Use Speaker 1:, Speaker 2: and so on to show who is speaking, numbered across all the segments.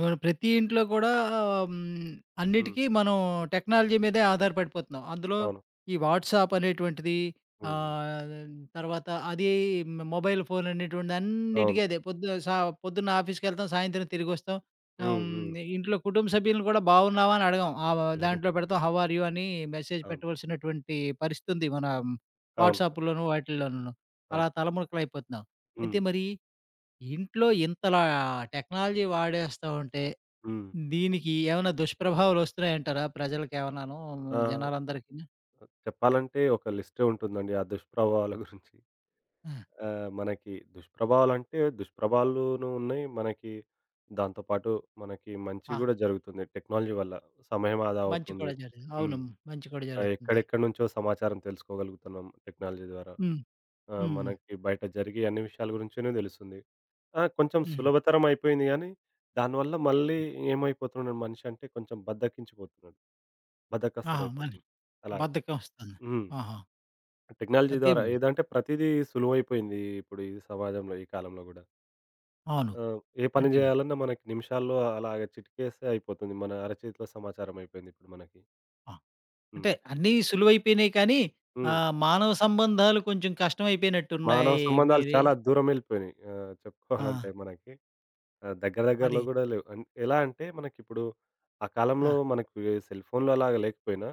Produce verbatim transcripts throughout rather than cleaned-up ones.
Speaker 1: మనం ప్రతి ఇంట్లో కూడా హ్మ్,
Speaker 2: హ్మ్.
Speaker 1: అన్నిటికీ మనం టెక్నాలజీ మీదే ఆధారపడిపోతున్నాం. అందులో
Speaker 2: అవును.
Speaker 1: ఈ వాట్సాప్ అనేటువంటిది
Speaker 2: హ్మ్. హ్మ్.
Speaker 1: ఆహ్, తర్వాత అది మొబైల్ ఫోన్ అనేటువంటిది
Speaker 2: అవును.
Speaker 1: అన్నిటికీ అదే. పొద్దు సా పొద్దున్న ఆఫీస్‌కెళ్తాం, సాయంత్రం తిరిగొస్తాం. ఆహ్,
Speaker 2: హ్మ్. హ్మ్.
Speaker 1: హ్మ్, ఇంట్లో కుటుంబ సభ్యులను కూడా బాగున్నావా? అని అడగం. ఆహ్,
Speaker 2: హ్మ్.
Speaker 1: దాంట్లో పెడతాం హౌ ఆర్ యూ? అని మెసేజ్
Speaker 2: అవును.
Speaker 1: పెట్టవలసినటువంటి పరిస్థితి ఉంది. మన
Speaker 2: అవును.
Speaker 1: వాట్సాప్‌లోను వాటిల్లోనూను.
Speaker 2: అవును.
Speaker 1: అలా తలమునకలైపోతున్నాం.
Speaker 2: హ్మ్.
Speaker 1: అయితే మరి ఇంట్లో ఇంతలా టెక్నాలజీ వాడేస్తా ఉంటే
Speaker 2: హ్మ్.
Speaker 1: దీనికి ఏమైనా దుష్ప్రభావాలొస్తున్నాయంటారా ప్రజలకేమన్నాను
Speaker 2: ఆహ్,
Speaker 1: జనాలందరికీను?
Speaker 2: చెప్పాలంటే ఒక లిస్టే ఉంటుందండి ఆ దుష్ప్రభావాల గురించి.
Speaker 1: ఆ!
Speaker 2: ఆహ్, మనకి దుష్ప్రభావాలంటే దుష్ప్రభావాలును ఉన్నాయి. మనకి దాంతో పాటు మనకి మంచి
Speaker 1: ఆ!
Speaker 2: గూడా జరుగుతుంది టెక్నాలజీ వల్ల. సమయం ఆదా
Speaker 1: మంచి
Speaker 2: అవుతుంది.
Speaker 1: కూడా జరుగుతుంది.
Speaker 2: హ్మ్.
Speaker 1: అవును. మంచి కూడా
Speaker 2: ఆ!
Speaker 1: జరుగుతుంది.
Speaker 2: ఎక్కడెక్కడి నుంచో సమాచారం తెలుసుకోగలుగుతున్నాం టెక్నాలజీ ద్వారా.
Speaker 1: హ్మ్.
Speaker 2: ఆ!
Speaker 1: హ్మ్.
Speaker 2: మనకి బయట జరిగే అన్ని విషయాల గురించినే తెలుస్తుంది. ఆ! కొంచెం
Speaker 1: హ్మ్.
Speaker 2: సులభతరం అయిపోయింది గానీ, దానివల్ల మళ్ళీ ఏమైపోతున్నాడు మనిషి అంటే కొంచెం బద్ధకించిపోతున్నాడు.
Speaker 1: ఆహా! మళ్ళీ
Speaker 2: బద్ధకస్తుడయిపోతున్నాడు. అలాగ.
Speaker 1: బద్ధకం వస్తుంది.
Speaker 2: హ్మ్.
Speaker 1: ఆహా!
Speaker 2: టెక్నాలజీ
Speaker 1: అయితే
Speaker 2: ద్వారా ఏదంటే ప్రతీదీ సులువైపోయింది ఇప్పుడు ఈ సమాజంలో, ఈ కాలంలో గూడా.
Speaker 1: అవును.
Speaker 2: ఆ! ఏ పని
Speaker 1: అంటే
Speaker 2: జేయాలన్నా మనకి నిమిషాల్లో అలాగ చిటికేస్తే అయిపోతుంది. మన అరచేతిలో సమాచారం అయిపోయింది ఇప్పుడు మనకి.
Speaker 1: ఆ!
Speaker 2: హ్మ్.
Speaker 1: అంటే అన్నీ సులువైపోయినాయి, కానీ
Speaker 2: హ్మ్.
Speaker 1: ఆహ్, మానవ సంబంధాలు కొంచెం
Speaker 2: మానవ
Speaker 1: కష్టమైపోయినట్టున్నాయి.
Speaker 2: సంబంధాలు
Speaker 1: మీరే
Speaker 2: చాలా దూరం వెళ్ళిపోయినాయి. ఆహ్,
Speaker 1: ఆ!
Speaker 2: చెప్పుకోవాలంటే మనకి. ఆహ్, దగ్గర దగ్గరలో
Speaker 1: అది.
Speaker 2: గూడా లేవు. అన్ ఎలా అంటే మనకిప్పుడు ఆ
Speaker 1: ఆ!
Speaker 2: కాలంలో మనకు ఈ సెల్ ఫోన్‌లు అలాగా లేకపోయినా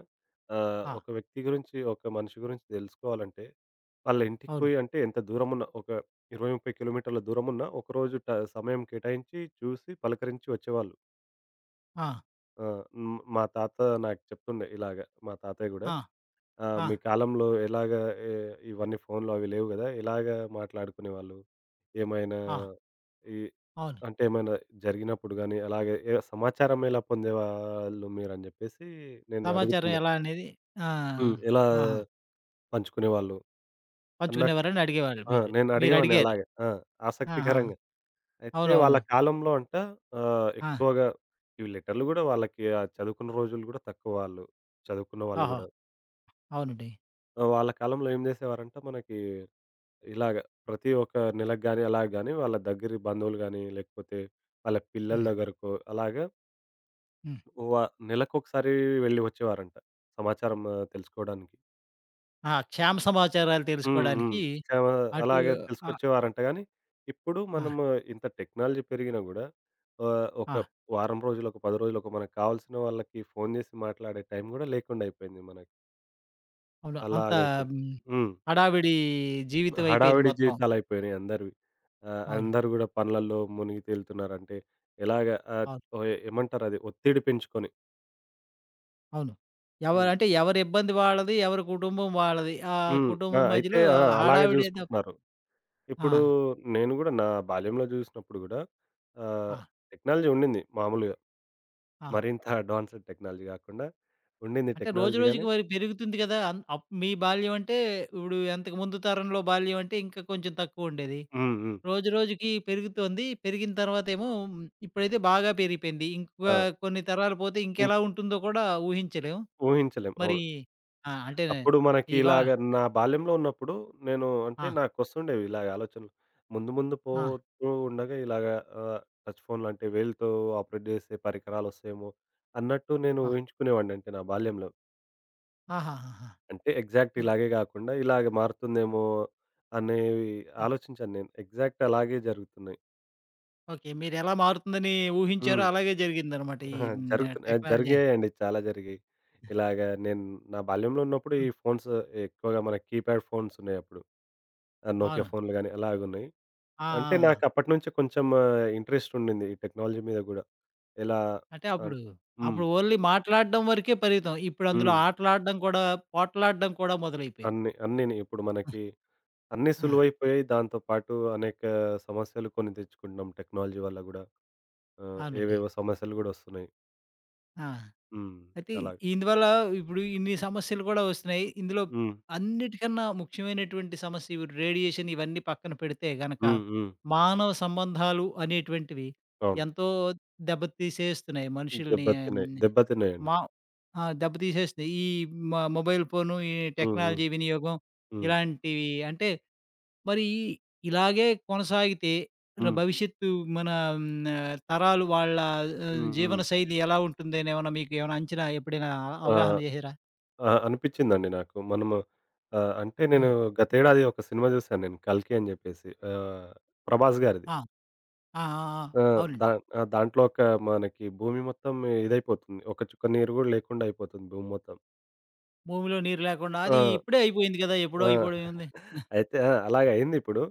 Speaker 2: ఆహ్,
Speaker 1: ఆ!
Speaker 2: ఒక వ్యక్తి గురించి, ఒక మనిషి గురించి తెలుసుకోవాలంటే వాళ్ళ ఇంటికి
Speaker 1: అవును.
Speaker 2: పోయి అంటే ఎంత దూరమున్నా ఒక ఇరవై, ముప్పై కిలోమీటర్ల దూరమున్నా ఒకరోజు ట సమయం కేటాయించి, చూసి, పలకరించి వచ్చేవాళ్ళు.
Speaker 1: ఆ!
Speaker 2: ఆ! హ్మ్. మా తాత నాకు చెప్తుండే ఇలాగ మా తాతయ్య గూడా.
Speaker 1: ఆ!
Speaker 2: ఆ!
Speaker 1: ఆ!
Speaker 2: మీ కాలంలో ఎలాగా ఎ ఇవన్నీ ఫోన్‌లు అవి లేవు గదా! ఎలాగా మాట్లాడుకునేవాళ్ళు? ఏమైనా
Speaker 1: ఆ! ఆ,
Speaker 2: ఈ
Speaker 1: అవును.
Speaker 2: అంటే ఏమైనా జరిగినప్పుడు గాని, అలాగే ఏ సమాచారం ఎలా పొందేవాళ్ళు మీరని జెప్పేసి నేను
Speaker 1: సమాచారం
Speaker 2: అడుగుతున్నా.
Speaker 1: ఎలా అనేది ఆ!
Speaker 2: హ్మ్. ఎలా
Speaker 1: ఆహా!
Speaker 2: పంచుకునేవాళ్ళు అన్నట్టు
Speaker 1: పంచుకునేవారని అడిగేవాళ్ళు
Speaker 2: ఆ!
Speaker 1: మీరు.
Speaker 2: నేను అడిగేవాడిని
Speaker 1: మీరడిగారు.
Speaker 2: అలాగే. ఆ!
Speaker 1: ఆహా!
Speaker 2: ఆసక్తికరంగా. అయితే వాళ్ళ
Speaker 1: అవునవును.
Speaker 2: కాలంలో అంట ఆహ్,
Speaker 1: ఆ!
Speaker 2: ఎక్కువగా ఇవి లెటర్‌లు గూడా వాళ్ళకి ఆ చదువుకున్న రోజులు గూడా తక్కువ వాళ్ళు. చదువుకున్న వాళ్ళు
Speaker 1: ఓహో!
Speaker 2: గూడా.
Speaker 1: అవునండి.
Speaker 2: ఆ! వాళ్ళ కాలంలో ఏం జేసేవారంటే మనకి ఇలాగ ప్రతి ఒక్క నెలకు గాని, అలా గాని వాళ్ళ దగ్గరి బంధువులు గాని, లేకపోతే వాళ్ళ పిల్లల
Speaker 1: హ్మ్.
Speaker 2: దగ్గరకో అలాగా
Speaker 1: హ్మ్.
Speaker 2: వ నెలకొకసారి వెళ్ళి వచ్చేవారంట. సమాచారం ఆహ్, తెలుసుకోవడానికి.
Speaker 1: ఆ! క్షేమ సమాచారాలు
Speaker 2: హ్మ్. హ్మ్.
Speaker 1: తెలుసుకోడానికి
Speaker 2: చవ
Speaker 1: అటు
Speaker 2: అలాగే
Speaker 1: ఆ!
Speaker 2: తెలుసుకొచ్చేవారంట గానీ, ఇప్పుడు
Speaker 1: ఆ!
Speaker 2: మనము ఇంత టెక్నాలజీ పెరిగినా గూడా ఆహ్, ఒక
Speaker 1: ఆ!
Speaker 2: వారం రోజులు, ఒక పది రోజులకు మనకు కావాల్సిన వాళ్ళకి ఫోను చేసి మాట్లాడే టైం గూడా లేకుండా అయిపోయింది మనకి.
Speaker 1: అవును. అంత
Speaker 2: అలాగైపోయింది.
Speaker 1: హ్మ్,
Speaker 2: హ్మ్.
Speaker 1: హడావిడి జీవితం అయిపోయింది
Speaker 2: హడావిడి
Speaker 1: మొత్తం.
Speaker 2: జీవితాలయిపోయినాయి అందరివి. ఆహ్,
Speaker 1: అవును.
Speaker 2: అందరూ గూడా పనులల్లో మునిగి తేలుతున్నారు. అంటే ఎలాగ ఆహ్,
Speaker 1: అవును.
Speaker 2: ఓహ్! ఏమంటారది ఒత్తిడి పెంచుకొని.
Speaker 1: అవును. ఎవరు
Speaker 2: హ్మ్.
Speaker 1: అంటే ఎవరి ఇబ్బంది వాళ్ళది, ఎవరి కుటుంబం వాళ్ళది. ఆ
Speaker 2: హ్మ్. ఆ!
Speaker 1: కుటుంబం
Speaker 2: అయితే
Speaker 1: మధ్యలో
Speaker 2: ఆ! అలాగే
Speaker 1: హడావిడి ఏదో
Speaker 2: జూసుకుంటున్నారు.
Speaker 1: ఆ!
Speaker 2: ఇప్పుడు నేను గూడా నా బాల్యంలో జూసినప్పుడు గూడా ఆహ్,
Speaker 1: ఆ!
Speaker 2: టెక్నాలజీ ఉండింది మామూలుగా.
Speaker 1: ఆ!
Speaker 2: మరింత అడ్వాన్స్‌డ్ టెక్నాలజీ గాకుండా ఉండింది
Speaker 1: అంటే రోజు
Speaker 2: టెక్నాలజీ గానీ
Speaker 1: రోజుకి మరి పెరుగుతుంది కదా! అన్ అప్ మీ బాల్యం అంటే ఇప్పుడు, ఇంతకు ముందు తరంలో బాల్యం అంటే ఇంకా కొంచెం తక్కువుండేది.
Speaker 2: హ్మ్. హ్మ్.
Speaker 1: రోజు రోజుకి పెరుగుతోంది. పెరిగిన తర్వాతేమో ఇప్పుడైతే బాగా పెరిగిపోయింది.
Speaker 2: ఆ!
Speaker 1: ఇంకా కొన్ని తరాలు పోతే
Speaker 2: ఇం
Speaker 1: ఇంకెలా ఉంటుందో కూడా ఊహించలేం.
Speaker 2: ఊహించలేం.
Speaker 1: మరి
Speaker 2: అవును.
Speaker 1: ఆ! అంటే
Speaker 2: అప్పుడు మనకి
Speaker 1: ఇవా
Speaker 2: ఇలాగ నా బాల్యంలో ఉన్నప్పుడు నేను అంటే
Speaker 1: ఆ!
Speaker 2: నాకొస్తుండేవి ఇలాగ ఆలోచనలు. ముందు ముందు
Speaker 1: ఆ!
Speaker 2: పోతూ ఉండగా ఇలాగ ఆహ్, టచ్ ఫోన్‌లు అంటే వేలితో ఆపరేట్ చేసే పరికరాలొస్తాయేమో అన్నట్టు నేను
Speaker 1: ఆ!
Speaker 2: ఊహించుకునేవాడిని. అంటే నా బాల్యంలో.
Speaker 1: ఆహాహాహా!
Speaker 2: అంటే ఎగ్జాక్ట్
Speaker 1: అదే.
Speaker 2: ఇలాగే గాకుండా ఇలాగ మారుతుందేమో అనేవి
Speaker 1: హ్మ్.
Speaker 2: ఆలోచించాను నేను. ఎగ్జాక్ట్ అలాగే జరుగుతున్నాయి.
Speaker 1: ఓకే. మీరెలా మారుతుందని ఊహించారో
Speaker 2: హ్మ్.
Speaker 1: అలాగే జరిగిందనమాట. ఈ
Speaker 2: అహా!
Speaker 1: హ్మ్.
Speaker 2: జరుగుతున్నాయి. ఆహ్,
Speaker 1: టెక్నాలజీ.
Speaker 2: జరిగాయండి. చాలా జరిగాయి. ఇలాగ నేను నా బాల్యంలో ఉన్నప్పుడు ఈ
Speaker 1: హ్మ్.
Speaker 2: ఫోన్స్ ఎక్కువగా మన కీప్యాడ్ ఫోన్స్ ఉన్నాయప్పుడు. ఆ! నోకియా
Speaker 1: అవును.
Speaker 2: ఫోన్‌లు గాని అలాగున్నాయి.
Speaker 1: ఆ!
Speaker 2: అంటే
Speaker 1: ఆ! ఆ!
Speaker 2: నాకప్పటి నుంచే కొంచెం ఇంట్రెస్ట్ ఉండింది ఈ టెక్నాలజీ మీద గూడా. ఎలా
Speaker 1: అంటే
Speaker 2: అన్
Speaker 1: అప్పుడు,
Speaker 2: హ్మ్.
Speaker 1: అప్పుడు ఓన్లీ మాట్లాడడం వరకే పరిమితం. ఇప్పుడు అందులో
Speaker 2: హ్మ్.
Speaker 1: ఆటలాడడం కూడా, పోట్లాడడం కూడా మొదలైపోయింది.
Speaker 2: అన్నీ అన్నీని ఇప్పుడు మనకి అన్నీ
Speaker 1: ఆ!
Speaker 2: సులువైపోయాయి. దాంతో పాటు అనేక సమస్యలు కొని తెచ్చుకుంటున్నాం టెక్నాలజీ వల్ల గూడా. ఆ!
Speaker 1: అవునండి.
Speaker 2: ఏవేవో సమస్యలు గూడా వస్తున్నాయి.
Speaker 1: ఆ!
Speaker 2: హ్మ్.
Speaker 1: అయితే
Speaker 2: అలాగే.
Speaker 1: ఇందువల్ల ఇప్పుడు ఇన్ని సమస్యలు కూడా వస్తున్నాయి. ఇందులో
Speaker 2: హ్మ్.
Speaker 1: అన్నిటికన్నా ముఖ్యమైనటువంటి సమస్య ఇవి రేడియేషన్ ఇవన్నీ పక్కన పెడితే గనక,
Speaker 2: హ్మ్. హ్మ్.
Speaker 1: మానవ సంబంధాలు అనేటువంటివి
Speaker 2: అవును.
Speaker 1: ఎంతో దెబ్బతీసేస్తున్నాయి మనుషుల్ని. ఆహ్,
Speaker 2: దెబ్బతిన్నాయి.
Speaker 1: హ్మ్,
Speaker 2: దెబ్బతిన్నాయండి.
Speaker 1: మా ఆ! దెబ్బతీసేస్తున్నాయి. ఈ మ మొబైల్ ఫోను, ఈ
Speaker 2: హ్మ్. హ్మ్.
Speaker 1: టెక్నాలజీ వినియోగం
Speaker 2: హ్మ్.
Speaker 1: ఇలాంటివి అంటే మరి ఇలాగే కొనసాగితే ర
Speaker 2: హ్మ్.
Speaker 1: భవిష్యత్తు మన హ్మ్, ఆహ్, తరాలు వాళ్ళ ఆహ్,
Speaker 2: హ్మ్.
Speaker 1: జీవన
Speaker 2: హ్మ్.
Speaker 1: శైలి ఎలా ఉంటుందని ఏమన్నా మీకు ఏమైనా అంచనా ఎప్పుడైనా
Speaker 2: ఆ!
Speaker 1: అవగాహన చేసారా?
Speaker 2: ఆ! అనిపిచ్చిందండి నాకు. మనము ఆహ్, అంటే నేను
Speaker 1: హ్మ్.
Speaker 2: గతేడాది ఒక సినిమా జూశాను నేను 'కల్కి' అని జెప్పేసి. ఆహ్, ప్రభాస్ గారిది.
Speaker 1: ఆ! ఆ! ఆ! ఆ!
Speaker 2: ఆ! దా
Speaker 1: అవునండి.
Speaker 2: ఆ! దాంట్లో ఒక మనకి భూమి మొత్తం ఇదైపోతుంది. ఒక చుక్క నీరు గూడా లేకుండా అయిపోతుంది భూమి మొత్తం.
Speaker 1: భూమిలో నీరు లేకుండా
Speaker 2: ఆ!
Speaker 1: అది ఇప్పుడే అయిపోయింది కదా! ఎప్పుడో అయిపోవడం
Speaker 2: ఆ!
Speaker 1: ఏముంది?
Speaker 2: అయితే ఆ! అలాగే అయిందిప్పుడు.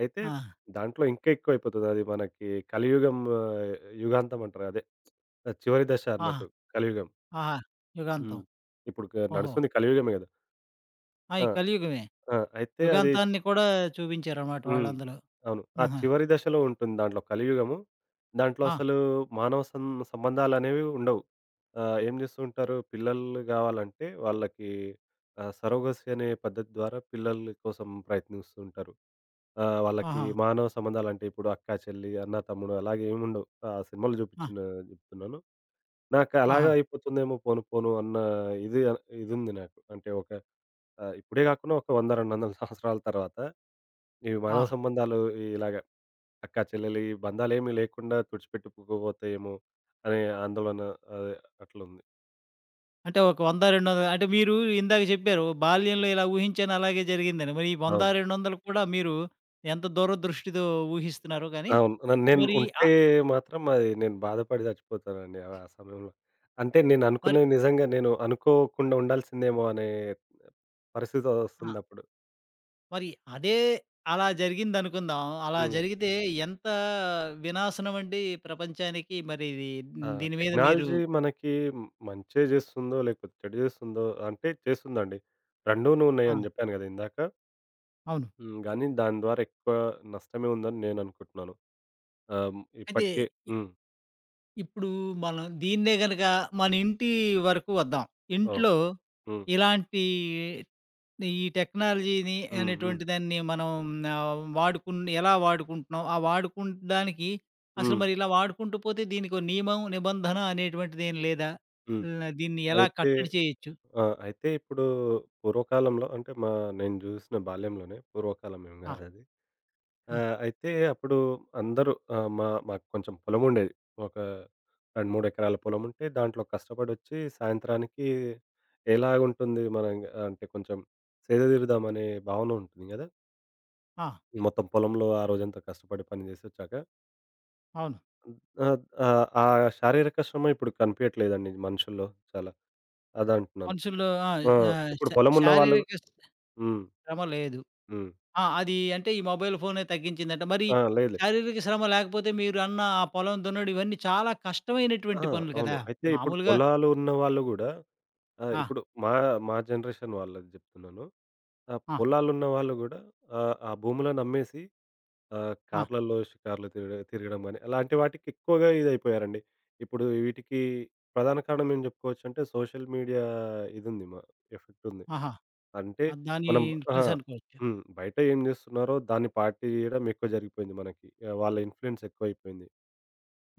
Speaker 2: అయితే
Speaker 1: ఆ!
Speaker 2: దాంట్లో ఇంకా ఎక్కువైపోతది. అది మనకి కలియుగం ఆహ్, యుగాంతం అంటారు. అదే చివరి దశ
Speaker 1: ఆహా!
Speaker 2: అన్నట్టు కలియుగం.
Speaker 1: ఆహా!
Speaker 2: హ్మ్.
Speaker 1: యుగాంతం.
Speaker 2: ఇప్పుడు క
Speaker 1: ఓహో!
Speaker 2: నడుస్తుంది కలియుగమే గదా!
Speaker 1: ఆ! ఈ
Speaker 2: ఆ!
Speaker 1: కలియుగమే.
Speaker 2: ఆ! అయితే అది
Speaker 1: యుగాంతాన్ని కూడా చూపించారన్నమాట
Speaker 2: హ్మ్.
Speaker 1: వాళ్ళందులో.
Speaker 2: అవును. ఆ
Speaker 1: ఆహా!
Speaker 2: చివరి దశలో ఉంటుంది దాంట్లో కలియుగము. దాంట్లో
Speaker 1: ఆ!
Speaker 2: అసలు మానవ సం సంబంధాలనేవి ఉండవు. ఆహ్, ఏం జేస్తూ ఉంటారు పిల్లలు గావాలంటే వాళ్ళకి ఆహ్, సరోగసీ అనే పద్ధతి ద్వారా పిల్లల కోసం ప్రయత్నిస్తూ ఉంటారు. ఆహ్, వాళ్ళకి
Speaker 1: ఆహా!
Speaker 2: మానవ సంబంధాలంటే ఇప్పుడు అక్క, చెల్లి, అన్న, తమ్ముడు అలాగే ఏముండవు. ఆ సినిమాలో
Speaker 1: ఆ!
Speaker 2: చూపిచ్చిన జెప్తున్నాను. నాకు అలాగా
Speaker 1: ఆహా!
Speaker 2: అయిపోతుందేమో పోను పోను అన్న ఇది ఇదుంది నాకు. అంటే ఒక ఆహ్, ఇప్పుడే గాకుండా ఒక వంద, రెండు వందల సంవత్సరాల తర్వాత ఈ మానవ
Speaker 1: ఆ!
Speaker 2: సంబంధాలు ఇలాగ అక్కా చెల్లెలి బంధాలేమి లేకుండా తుడిచిపెట్టుకుపోతాయేమో అనే ఆందోళన అదే అట్లుంది.
Speaker 1: అంటే ఒక వంద, రెండొందల అంటే మీరు ఇందాక చెప్పారు బాల్యంలో ఇలా ఊహించాను అలాగే జరిగిందని. మరి ఈ వంద,
Speaker 2: అవును.
Speaker 1: రెండొందలు కూడా మీరు ఎంత దూరదృష్టితో ఊహిస్తున్నారో గానీ,
Speaker 2: అవును. నన్ను నేను
Speaker 1: మరి ఆ
Speaker 2: ఉంటే మాత్రం అది నేను బాధపడి చచ్చిపోతానండి ఆ ఆ సమయంలో. అంటే నేను
Speaker 1: మరి
Speaker 2: అనుకున్నవి నిజంగా నేను అనుకోకుండా ఉండాల్సిందేమో అనే పరిస్థితి
Speaker 1: ఆ!
Speaker 2: వస్తుందప్పుడు.
Speaker 1: మరి అదే అలా జరిగిందనుకుందాం. అలా
Speaker 2: హ్మ్.
Speaker 1: జరిగితే ఎంత వినాశనమండి ప్రపంచానికి మరి ఇది
Speaker 2: ఆ!
Speaker 1: దీని మీద మీరు
Speaker 2: టెక్నాలజీ మనకి మంచే జేస్తుందో, లేకపోతే చెడు జేస్తుందో అంటే చేస్తుందండి. రెండూను
Speaker 1: ఆ!
Speaker 2: ఉన్నాయని జెప్పాను గదా! ఇందాక.
Speaker 1: అవును.
Speaker 2: హ్మ్. గానీ దాని ద్వారా ఎక్కువ నష్టమే ఉందని నేను అనుకుంటున్నాను. ఆహ్,
Speaker 1: అయితే
Speaker 2: ఇప్పటికే హ్మ్.
Speaker 1: ఇప్పుడు మనం దీన్నే గనక మన ఇంటి వరకు వద్దాం. ఇంట్లో
Speaker 2: ఓకే. హ్మ్.
Speaker 1: ఇలాంటి ఈ టెక్నాలజీని
Speaker 2: హ్మ్. హ్మ్.
Speaker 1: అనేటువంటి దాన్ని మనం ఆహ్, వాడుకున్ ఎలా వాడుకుంటున్నాం? ఆ వాడుకుండానికి అసలు
Speaker 2: హ్మ్.
Speaker 1: మరి ఇలా వాడుకుంటూ పోతే దీనికో నియమం, నిబంధన అనేటువంటిదేం లేదా?
Speaker 2: హ్మ్.
Speaker 1: ల దీన్ని ఎలా
Speaker 2: అయితే
Speaker 1: కట్టడి చేయొచ్చు?
Speaker 2: ఆ! అయితే ఇప్పుడు పూర్వకాలంలో అంటే మా నేను జూసిన బాల్యంలోనే పూర్వకాలం ఏం
Speaker 1: ఆ!
Speaker 2: గాదది.
Speaker 1: హ్మ్.
Speaker 2: ఆహ్, అయితే అప్పుడు అందరూ ఆహ్, మా మాకు కొంచెం పొలముండేది. ఒక రెండు, మూడు ఎకరాల పొలముంటే దాంట్లో కష్టపడొచ్చి సాయంత్రానికి ఎలాగుంటుంది మనం అంటే కొంచెం సేదదీరుదామనే భావన ఉంటుంది గదా!
Speaker 1: ఆ!
Speaker 2: మొత్తం పొలంలో ఆ రోజంతా కష్టపడి పని జేసొచ్చాక.
Speaker 1: అవును.
Speaker 2: ఆహ్, ఆహ్, ఆ శారీరక శ్రమ ఇప్పుడు కనిపియట్లేదండి మనుషుల్లో చాలా. అదంటున్నాను.
Speaker 1: మనుషుల్లో ఆ!
Speaker 2: ఆ!
Speaker 1: ఆహ్,
Speaker 2: ఇప్పుడు
Speaker 1: శా
Speaker 2: పొలం ఉన్న వాళ్ళు
Speaker 1: శారీరక
Speaker 2: హ్మ్.
Speaker 1: శ్రమ లేదు.
Speaker 2: హ్మ్.
Speaker 1: ఆ! అది అంటే ఈ మొబైల్ ఫోనే తగ్గించిందంట. మరి
Speaker 2: ఆ! లేదు, లేదు.
Speaker 1: శారీరక శ్రమ లేకపోతే మీరు అన్న ఆ పొలం దున్నడం ఇవన్నీ చాలా
Speaker 2: ఆ!
Speaker 1: కష్టమైనటువంటి పనులు
Speaker 2: అవును.
Speaker 1: కదా!
Speaker 2: అయితే ఇప్పుడు
Speaker 1: మామూలుగా
Speaker 2: పొలాలు ఉన్న వాళ్ళు గూడా ఆహ్,
Speaker 1: ఆ!
Speaker 2: ఇప్పుడు మా మా జనరేషన్ వాళ్ళది జెప్తున్నాను. ఆ
Speaker 1: ఆ!
Speaker 2: పొలాలున్న వాళ్ళు గూడా ఆహ్, ఆ భూములను అమ్మేసి ఆహ్,
Speaker 1: ఆ!
Speaker 2: కార్‌లలో షికార్లు తిరగ తిరగడం గాని, అలాంటి వాటికి ఎక్కువగా ఇదైపోయారండి. ఇప్పుడు వీటికి ప్రధాన కారణం ఏం జెప్పుకోవచ్చంటే సోషల్ మీడియా ఇదుంది. మ ఎఫెక్ట్ ఉంది.
Speaker 1: ఆహా!
Speaker 2: అంటే
Speaker 1: ఆ, దాని
Speaker 2: మనం ఆహా!
Speaker 1: ఇన్‌ఫ్లుయెన్స్ అనుకోవచ్చు.
Speaker 2: హ్మ్. బయట ఏం జేస్తున్నారో దాన్ని పాటియడం ఎక్కువ జరిగిపోయింది మనకి. ఆహ్, వాళ్ళ ఇన్‌ఫ్లూయెన్స్ ఎక్కువైపోయింది.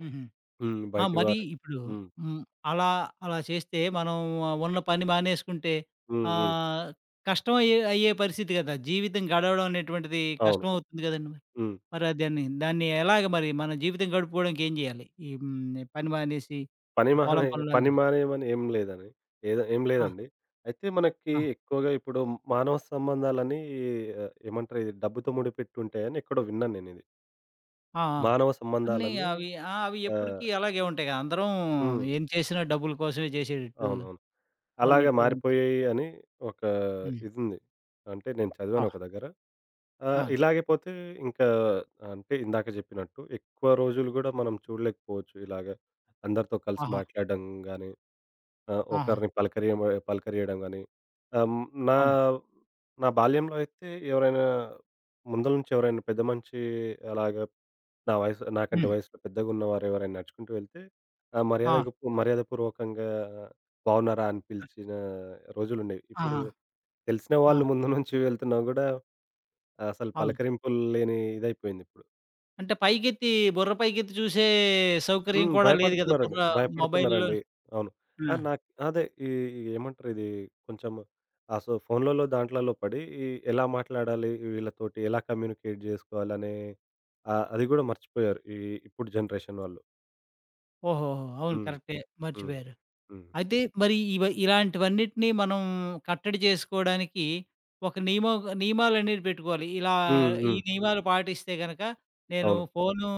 Speaker 1: హుహు.
Speaker 2: హ్మ్.
Speaker 1: ఆ!
Speaker 2: బయటి
Speaker 1: మరి
Speaker 2: వారి
Speaker 1: ఇప్పుడు
Speaker 2: హ్మ్.
Speaker 1: హ్మ్. అలా అలా చేస్తే మనం ఆ, ఉన్న పని మానేసుకుంటే
Speaker 2: హ్మ్. హ్మ్.
Speaker 1: ఆహ్, కష్టం అయ్యే అయ్యే పరిస్థితి కదా! జీవితం గడవడం అనేటువంటిది
Speaker 2: అవును.
Speaker 1: కష్టమవుతుంది కదండీ మరి.
Speaker 2: హ్మ్.
Speaker 1: మరి అది దాన్ని దాన్ని ఎలాగ మరి మన జీవితం గడుపుకోవడానికి ఏం చేయాలి? ఈ హ్మ్. పని మానేసి
Speaker 2: పని మానే
Speaker 1: పొలం పనులు
Speaker 2: పని
Speaker 1: అవి-
Speaker 2: మానేయమని ఏం లేదని ఏదో ఏం లేదండి. అయితే మనకి
Speaker 1: ఆ!
Speaker 2: ఎక్కువగా ఇప్పుడు మానవ సంబంధాలని ఆహ్, ఏమంటారు ఇది డబ్బుతో ముడిపెట్టి ఉంటాయని ఎక్కడో విన్నాను నేనిది.
Speaker 1: ఆ! ఆ!
Speaker 2: మానవ
Speaker 1: అన్నీ
Speaker 2: సంబంధాలన్నీ
Speaker 1: అవి ఆ! అవి
Speaker 2: ఆహ్,
Speaker 1: ఎప్పటికి అలాగే ఉంటాయి కదా! అందరం
Speaker 2: హ్మ్.
Speaker 1: ఏం చేసినా డబ్బుల కోసమే చేసేటట్టు
Speaker 2: అవునవును. అలాగే
Speaker 1: ఉన్నట్టు ఉంటుంది.
Speaker 2: మారిపోయాయి అని ఒక
Speaker 1: హ్మ్.
Speaker 2: ఇదుంది. అంటే నేను
Speaker 1: ఆ!
Speaker 2: చదివాను ఒక దగ్గర. ఆ!
Speaker 1: ఆ!
Speaker 2: ఇలాగే పోతే ఇంకా అంటే ఇందాక చెప్పినట్టు ఎక్కువ రోజులు గూడా మనం చూడలేకపోవచ్చు. ఇలాగ అందరితో కలిసి
Speaker 1: ఆహా!
Speaker 2: మాట్లాడడం గాని, ఆహ్,
Speaker 1: ఆహా!
Speaker 2: ఒకరిని పలకరియం పలకరియడం గాని. ఆహ్, హ్మ్, నా
Speaker 1: అవును.
Speaker 2: నా బాల్యంలో అయితే ఎవరైనా ముందల నుంచి ఎవరైనా పెద్ద మనిషి అలాగా నా వయసు నాకంటే
Speaker 1: హ్మ్.
Speaker 2: వయసులో పెద్దగున్నవారు ఎవరైనా నడుచుకుంటూ వెళ్తే ఆహ్,
Speaker 1: ఆ!
Speaker 2: మర్యాదకు మర్యాదపూర్వకంగా బావున్నారా అని పిలిచిన రోజులుండేవి. ఇప్పుడు
Speaker 1: ఆహా!
Speaker 2: తెలిసిన
Speaker 1: ఆ!
Speaker 2: వాళ్ళు ముందు నుంచి వెళ్తున్నా గూడా అసలు
Speaker 1: అవును.
Speaker 2: పలకరింపులు లేని ఇదైపోయిందిప్పుడు.
Speaker 1: అంటే పైకెత్తి బుర్ర పైకెత్తి చూసే సౌకర్యం
Speaker 2: హ్మ్.
Speaker 1: కూడా లేదు కదా!
Speaker 2: భయపడుతున్నారండి.
Speaker 1: బుర్ర మొబైల్‌లో
Speaker 2: భయపడుతున్నారండి. అవును. ఆ!
Speaker 1: ఆ!
Speaker 2: నాకు అదే ఈ ఈ ఏమంటారు ఇది కొంచెం ఆ! సో, ఫోన్‌లలో దాంట్లలో పడి ఈ ఎలా మాట్లాడాలి వీళ్ళతోటి, ఎలా కమ్యూనికేట్ జేసుకోవాలనే ఆహ్, అది గూడా మర్చిపోయారు. ఈ ఇప్పుడు జనరేషన్ వాళ్ళు.
Speaker 1: ఓహోహో! అవును.
Speaker 2: హ్మ్.
Speaker 1: కరెక్టే.
Speaker 2: హ్మ్.
Speaker 1: మర్చిపోయారు.
Speaker 2: హ్మ్.
Speaker 1: అయితే మరి ఇవ ఇలాంటివన్నిటిని మనం కట్టడి చేసుకోవడానికి ఒక నియమం, నియమాలనేవి పెట్టుకోవాలి. ఇలా
Speaker 2: హ్మ్.
Speaker 1: ఈ
Speaker 2: హ్మ్.
Speaker 1: నియమాలు పాటిస్తే గనక నేను
Speaker 2: అవును.
Speaker 1: ఫోను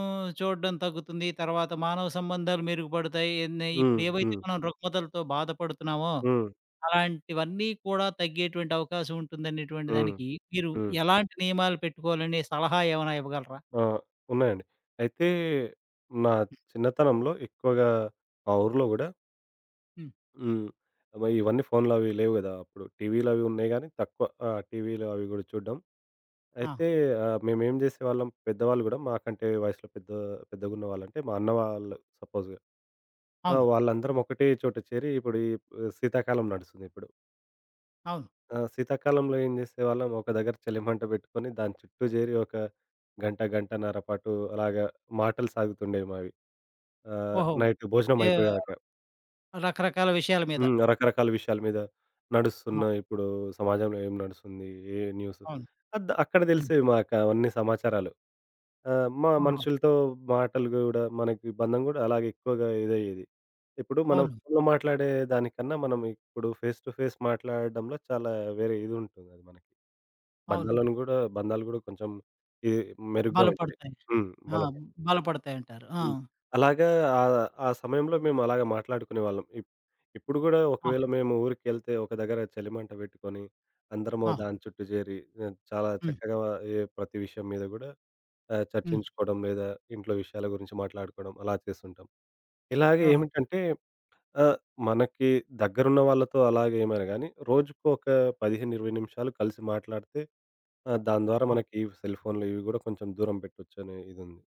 Speaker 1: చూడడం తగ్గుతుంది. తర్వాత మానవ సంబంధాలు మెరుగుపడతాయి. ఎన్ని
Speaker 2: హ్మ్.
Speaker 1: ఇప్పుడేవైతే
Speaker 2: హ్మ్.
Speaker 1: మనం రుగ్మతలతో బాధపడుతున్నామో
Speaker 2: హ్మ్.
Speaker 1: అలాంటివన్నీ కూడా తగ్గేటువంటి అవకాశం ఉంటుందనేటువంటి
Speaker 2: హ్మ్.
Speaker 1: దానికి మీరు
Speaker 2: హ్మ్.
Speaker 1: ఎలాంటి నియమాలు పెట్టుకోవాలనే సలహా ఏమైనా ఇవ్వగలరా?
Speaker 2: ఆ! ఉన్నాయండి. అయితే నా చిన్నతనంలో ఎక్కువగా మా ఊర్లో గూడా
Speaker 1: హ్మ్.
Speaker 2: హ్మ్. మరి ఇవన్నీ ఫోన్‌లవి లేవు గదా! అప్పుడు టీవీలవి ఉన్నాయి గానీ తక్కువ. ఆ! టీవీలు అవి గూడా చూడ్డం.
Speaker 1: ఆ!
Speaker 2: అయితే ఆహ్, మేమేం జేసేవాళ్ళం పెద్దవాళ్ళు గూడా మాకంటే వయసులో పెద్ద పెద్దగున్న వాళ్ళంటే మా అన్న వాళ్ళు సపోజ్‌గా. ఆ!
Speaker 1: అవును.
Speaker 2: వాళ్ళందరం ఒకటే చోట చేరి ఇప్పుడు ఈ శీతాకాలం నడుస్తుందిప్పుడు.
Speaker 1: అవును.
Speaker 2: ఆ! శీతాకాలంలో ఏం జేసేవాళ్ళం ఒక దగ్గర చలిమంట బెట్టుకొని దాని చుట్టూ జేరి ఒక గంట, గంటన్నర పాటు అలాగా మాటలు సాగుతుండేవి మావి. ఆహ్,
Speaker 1: ఓహో!
Speaker 2: నైట్ భోజనం
Speaker 1: ఏ
Speaker 2: అయిపోయాక.
Speaker 1: రకరకాల విషయాల మీద.
Speaker 2: హ్మ్. రకరకాల విషయాల మీద
Speaker 1: ఆ!
Speaker 2: నడుస్తున్న ఇప్పుడు సమాజంలో ఏం నడుస్తుంది? ఏ న్యూస్
Speaker 1: అవును.
Speaker 2: అద్ అక్కడ
Speaker 1: హ్మ్.
Speaker 2: తెలిసేవి మాకు అవన్నీ సమాచారాలు. ఆహ్, మా
Speaker 1: ఆహా!
Speaker 2: మనుషులతో మాటలు గూడా మనకి బంధం గూడా అలాగే ఎక్కువగా ఇదయ్యేది. ఇప్పుడు మనం
Speaker 1: అవును.
Speaker 2: ఫోన్‌లో మాట్లాడే దానికన్నా మనం ఇప్పుడు ఫేస్ టు ఫేస్ మాట్లాడడంలో చాలా వేరే ఇది ఉంటుంది అది మనకి.
Speaker 1: అవును.
Speaker 2: బంధాలను గూడా బంధాలు గూడా కొంచెం ఇది మెరుగ్గా ఉంటాయి.
Speaker 1: బలపడతాయి.
Speaker 2: హ్మ్.
Speaker 1: ఆ!
Speaker 2: బలం.
Speaker 1: బలపడతాయంటారు. ఆ!
Speaker 2: హ్మ్. అలాగా ఆహ్, ఆ సమయంలో మేము అలాగా మాట్లాడుకునేవాళ్ళం. ఇప్ ఇప్పుడు గూడా
Speaker 1: ఆ!
Speaker 2: ఒకవేళ మేము ఊరికెళ్తే ఒక దగ్గర చలిమంట పెట్టుకొని, అందరము
Speaker 1: ఆ!
Speaker 2: దాని చుట్టూ చేరి ఆహ్, చాలా
Speaker 1: హ్మ్.
Speaker 2: చక్కగా ఏ ప్రతి విషయం మీద గూడా ఆహ్,
Speaker 1: హ్మ్.
Speaker 2: చర్చించుకోవడం లేదా ఇంట్లో విషయాల గురించి మాట్లాడుకోవడం అలా చేస్తుంటాం. ఇలాగే
Speaker 1: ఓహో!
Speaker 2: ఏమిటంటే ఆహ్, మనకి దగ్గరున్న వాళ్ళతో అలాగే ఏమైనా గానీ రోజుకు ఒక పదిహేను, ఇరవై నిమిషాలు కలిసి మాట్లాడితే ఆహ్, దాని ద్వారా
Speaker 1: ఆ!
Speaker 2: మనకి సెల్ ఫోన్‌లు ఇవి గూడా కొంచెం దూరం పెట్టొచ్చనే ఇదుంది.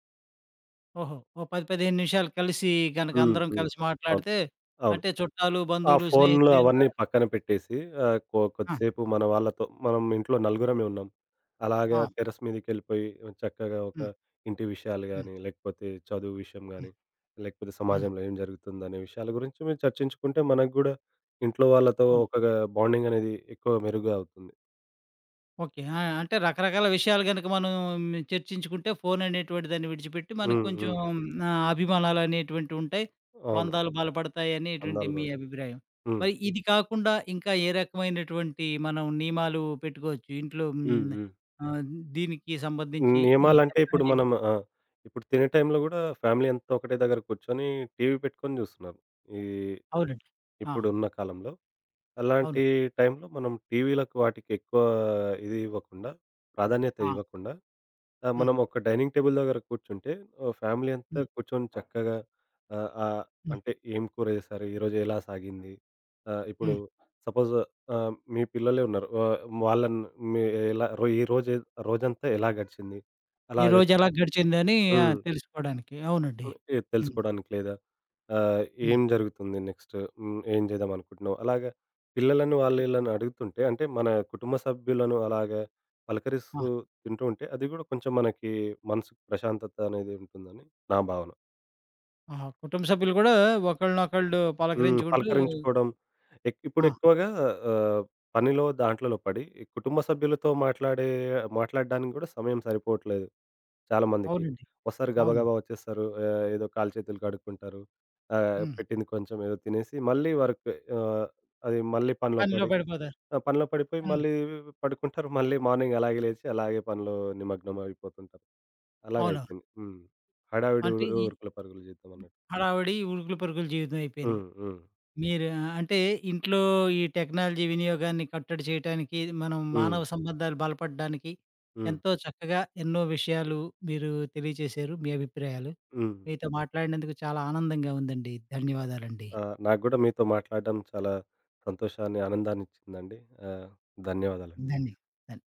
Speaker 1: ఓహో! ఓ పది, పదిహేను నిమిషాలు కలిసి గనక
Speaker 2: హ్మ్.
Speaker 1: అందరం
Speaker 2: హ్మ్.
Speaker 1: కలిసి
Speaker 2: అవును.
Speaker 1: మాట్లాడితే
Speaker 2: అవును.
Speaker 1: అంటే చుట్టాలు,
Speaker 2: ఆ
Speaker 1: బంధువులు,
Speaker 2: ఫోన్లు
Speaker 1: స్నేహితులు ఎంత
Speaker 2: అవన్నీ పక్కన పెట్టేసి ఆహ్, కొ
Speaker 1: ఆ!
Speaker 2: కొద్దిసేపు మన వాళ్ళతో మనం ఇంట్లో నలుగురమే ఉన్నాం. అలాగా
Speaker 1: ఆ!
Speaker 2: టెర్రస్ మీదకెళ్ళిపోయి చక్కగా ఒక
Speaker 1: హ్మ్.
Speaker 2: ఇంటి విషయాలు
Speaker 1: హ్మ్.
Speaker 2: గానీ, లేకపోతే చదువు విషయం గానీ,
Speaker 1: హ్మ్.
Speaker 2: లేకపోతే
Speaker 1: హ్మ్.
Speaker 2: సమాజంలో ఏం జరుగుతుందనే విషయాల గురించి మీరు చర్చించుకుంటే మనకు గూడా ఇంట్లో వాళ్ళతో
Speaker 1: అవును.
Speaker 2: ఒక బాండింగ్ అనేది ఎక్కువ మెరుగ్గా అవుతుంది.
Speaker 1: ఓకే. ఆ! అంటే రకరకాల విషయాలు గనక మనం చర్చించుకుంటే ఫోన్ అనేటువంటి దాన్ని విడిచిపెట్టి మనకు
Speaker 2: హ్మ్.
Speaker 1: కొంచెం
Speaker 2: హ్మ్.
Speaker 1: ఆహ్, అభిమానాలు అనేటువంటివి ఉంటాయి.
Speaker 2: అవును.
Speaker 1: బంధాలు బలపడతాయి అనేటువంటి
Speaker 2: అందాలు
Speaker 1: మీ
Speaker 2: బావ్
Speaker 1: అభిప్రాయం.
Speaker 2: హ్మ్.
Speaker 1: మరి ఇది కాకుండా ఇంకా ఏ రకమైనటువంటి మనం నియమాలు పెట్టుకోవచ్చు ఇంట్లో
Speaker 2: హ్మ్.
Speaker 1: హ్మ్.
Speaker 2: హ్మ్.
Speaker 1: ఆహ్, దీనికి సంబంధించి ఈ
Speaker 2: నియమాలంటే ఇప్పుడు
Speaker 1: టెక్నాలజీ
Speaker 2: మనం ఆ! ఇప్పుడు తినే టైంలో గూడా ఫ్యామిలీ అంతా ఒకటే దగ్గర కూర్చొని టీవీ పెట్టుకొని జూస్తున్నారు. ఈ
Speaker 1: అవునండి. ఆ!
Speaker 2: ఇప్పుడున్న కాలంలో.
Speaker 1: అవును.
Speaker 2: అలాంటి టైంలో మనం టీవీలకు వాటికి ఎక్కువ ఇది ఇవ్వకుండా, ప్రాధాన్యత
Speaker 1: ఆ!
Speaker 2: ఇవ్వకుండా ఆహ్,
Speaker 1: హ్మ్.
Speaker 2: మనం ఒక డైనింగ్ టేబుల్ దగ్గర కూర్చుంటే ఆహ్, ఫ్యామిలీ అంతా
Speaker 1: హ్మ్.
Speaker 2: కూర్చొని చక్కగా ఆహ్, ఆహ్,
Speaker 1: హ్మ్.
Speaker 2: అంటే ఏం కూర చేశారు? ఈరోజు ఎలా సాగింది? ఆహ్, ఇప్పుడు
Speaker 1: హ్మ్.
Speaker 2: సపోజ్ ఆహ్, మీ పిల్లలే ఉన్నారు. ఆహ్, వాళ్ళని మీ ఎలా రో ఈ రోజు రోజంతా ఎలా గడిచింది? అలాగ
Speaker 1: ఈరోజు ఎలా గడిచిందని ఆ!
Speaker 2: హ్మ్.
Speaker 1: తెలుసుకోవడానికి. అవునండి.
Speaker 2: హ్మ్. ఏది
Speaker 1: హ్మ్.
Speaker 2: తెలుసుకోవడానికి లేదా ఆహ్,
Speaker 1: హ్మ్.
Speaker 2: ఏం జరుగుతుంది నెక్స్ట్? హ్మ్. ఏం చేద్దాం అనుకుంటున్నావు? అలాగా పిల్లలను వాళ్ళు
Speaker 1: హ్మ్.
Speaker 2: ఈళ్ళని అడుగుతుంటే అంటే మన కుటుంబ సభ్యులను అలాగా
Speaker 1: ఆ!
Speaker 2: పలకరిస్తూ తింటూ ఉంటే అది గూడా కొంచెం మనకి మనసుకు ప్రశాంతత అనేది ఉంటుందని నా భావన.
Speaker 1: ఆహా! కుటుంబ సభ్యులు గూడా ఒకళ్ళనొకళ్ళు
Speaker 2: హ్మ్.
Speaker 1: పలకరించుకుంటూ
Speaker 2: పలకరించుకోవడం ఎక్ ఇప్పుడు
Speaker 1: ఆ!
Speaker 2: ఎక్కువగా ఆహ్, పనిలో దాంట్లలో పడి కుటుంబ సభ్యులతో మాట్లాడే మాట్లాడడానికి గూడా సమయం సరిపోవట్లేదు. చాలామందికి.
Speaker 1: అవునండి.
Speaker 2: వస్తారు
Speaker 1: అవును.
Speaker 2: గబగబా వచ్చేస్తారు. ఆహ్, ఏదో కాళ్ళు చేతులు కడుక్కుంటారు. ఆహ్,
Speaker 1: హ్మ్.
Speaker 2: పెట్టింది కొంచెం ఏదో తినేసి మళ్ళీ వర్క్ ఆహ్, అది మళ్ళీ పనిలో
Speaker 1: పనిలో
Speaker 2: పడి
Speaker 1: పడిపోతారు.
Speaker 2: ఆ! పనిలో పడిపోయి
Speaker 1: హ్మ్.
Speaker 2: మళ్ళీ పడుకుంటారు. మళ్ళీ మార్నింగ్ అలాగే లేచి అలాగే పనిలో నిమగ్నం అయిపోతుంటారు.
Speaker 1: అవునవును.
Speaker 2: అలాగైపోయింది. హ్మ్. హడావిడి ఉ
Speaker 1: అంటే ఈ
Speaker 2: ఉరుకుల పరుగుల జీవితం అన్నట్టు.
Speaker 1: హడావిడి, ఉరుకులు పరుగుల జీవితం అయిపోయింది.
Speaker 2: హ్మ్. హ్మ్.
Speaker 1: మీరు అంటే ఇంట్లో ఈ టెక్నాలజీ వినియోగాన్ని కట్టడి చేయటానికి, మనం
Speaker 2: హ్మ్.
Speaker 1: మానవ సంబంధాలు బలపడడానికి
Speaker 2: హ్మ్.
Speaker 1: ఎంతో చక్కగా ఎన్నో విషయాలు మీరు తెలియజేశారు. మీ అభిప్రాయాలు.
Speaker 2: హ్మ్.
Speaker 1: మీతో మాట్లాడినందుకు చాలా ఆనందంగా ఉందండి. ధన్యవాదాలండి.
Speaker 2: ఆ! నాకు గూడా మీతో మాట్లాడడం చాలా సంతోషాన్ని, ఆనందాన్నిచ్చిందండి. ఆహ్, ధన్యవాదాలండి.
Speaker 1: ధన్య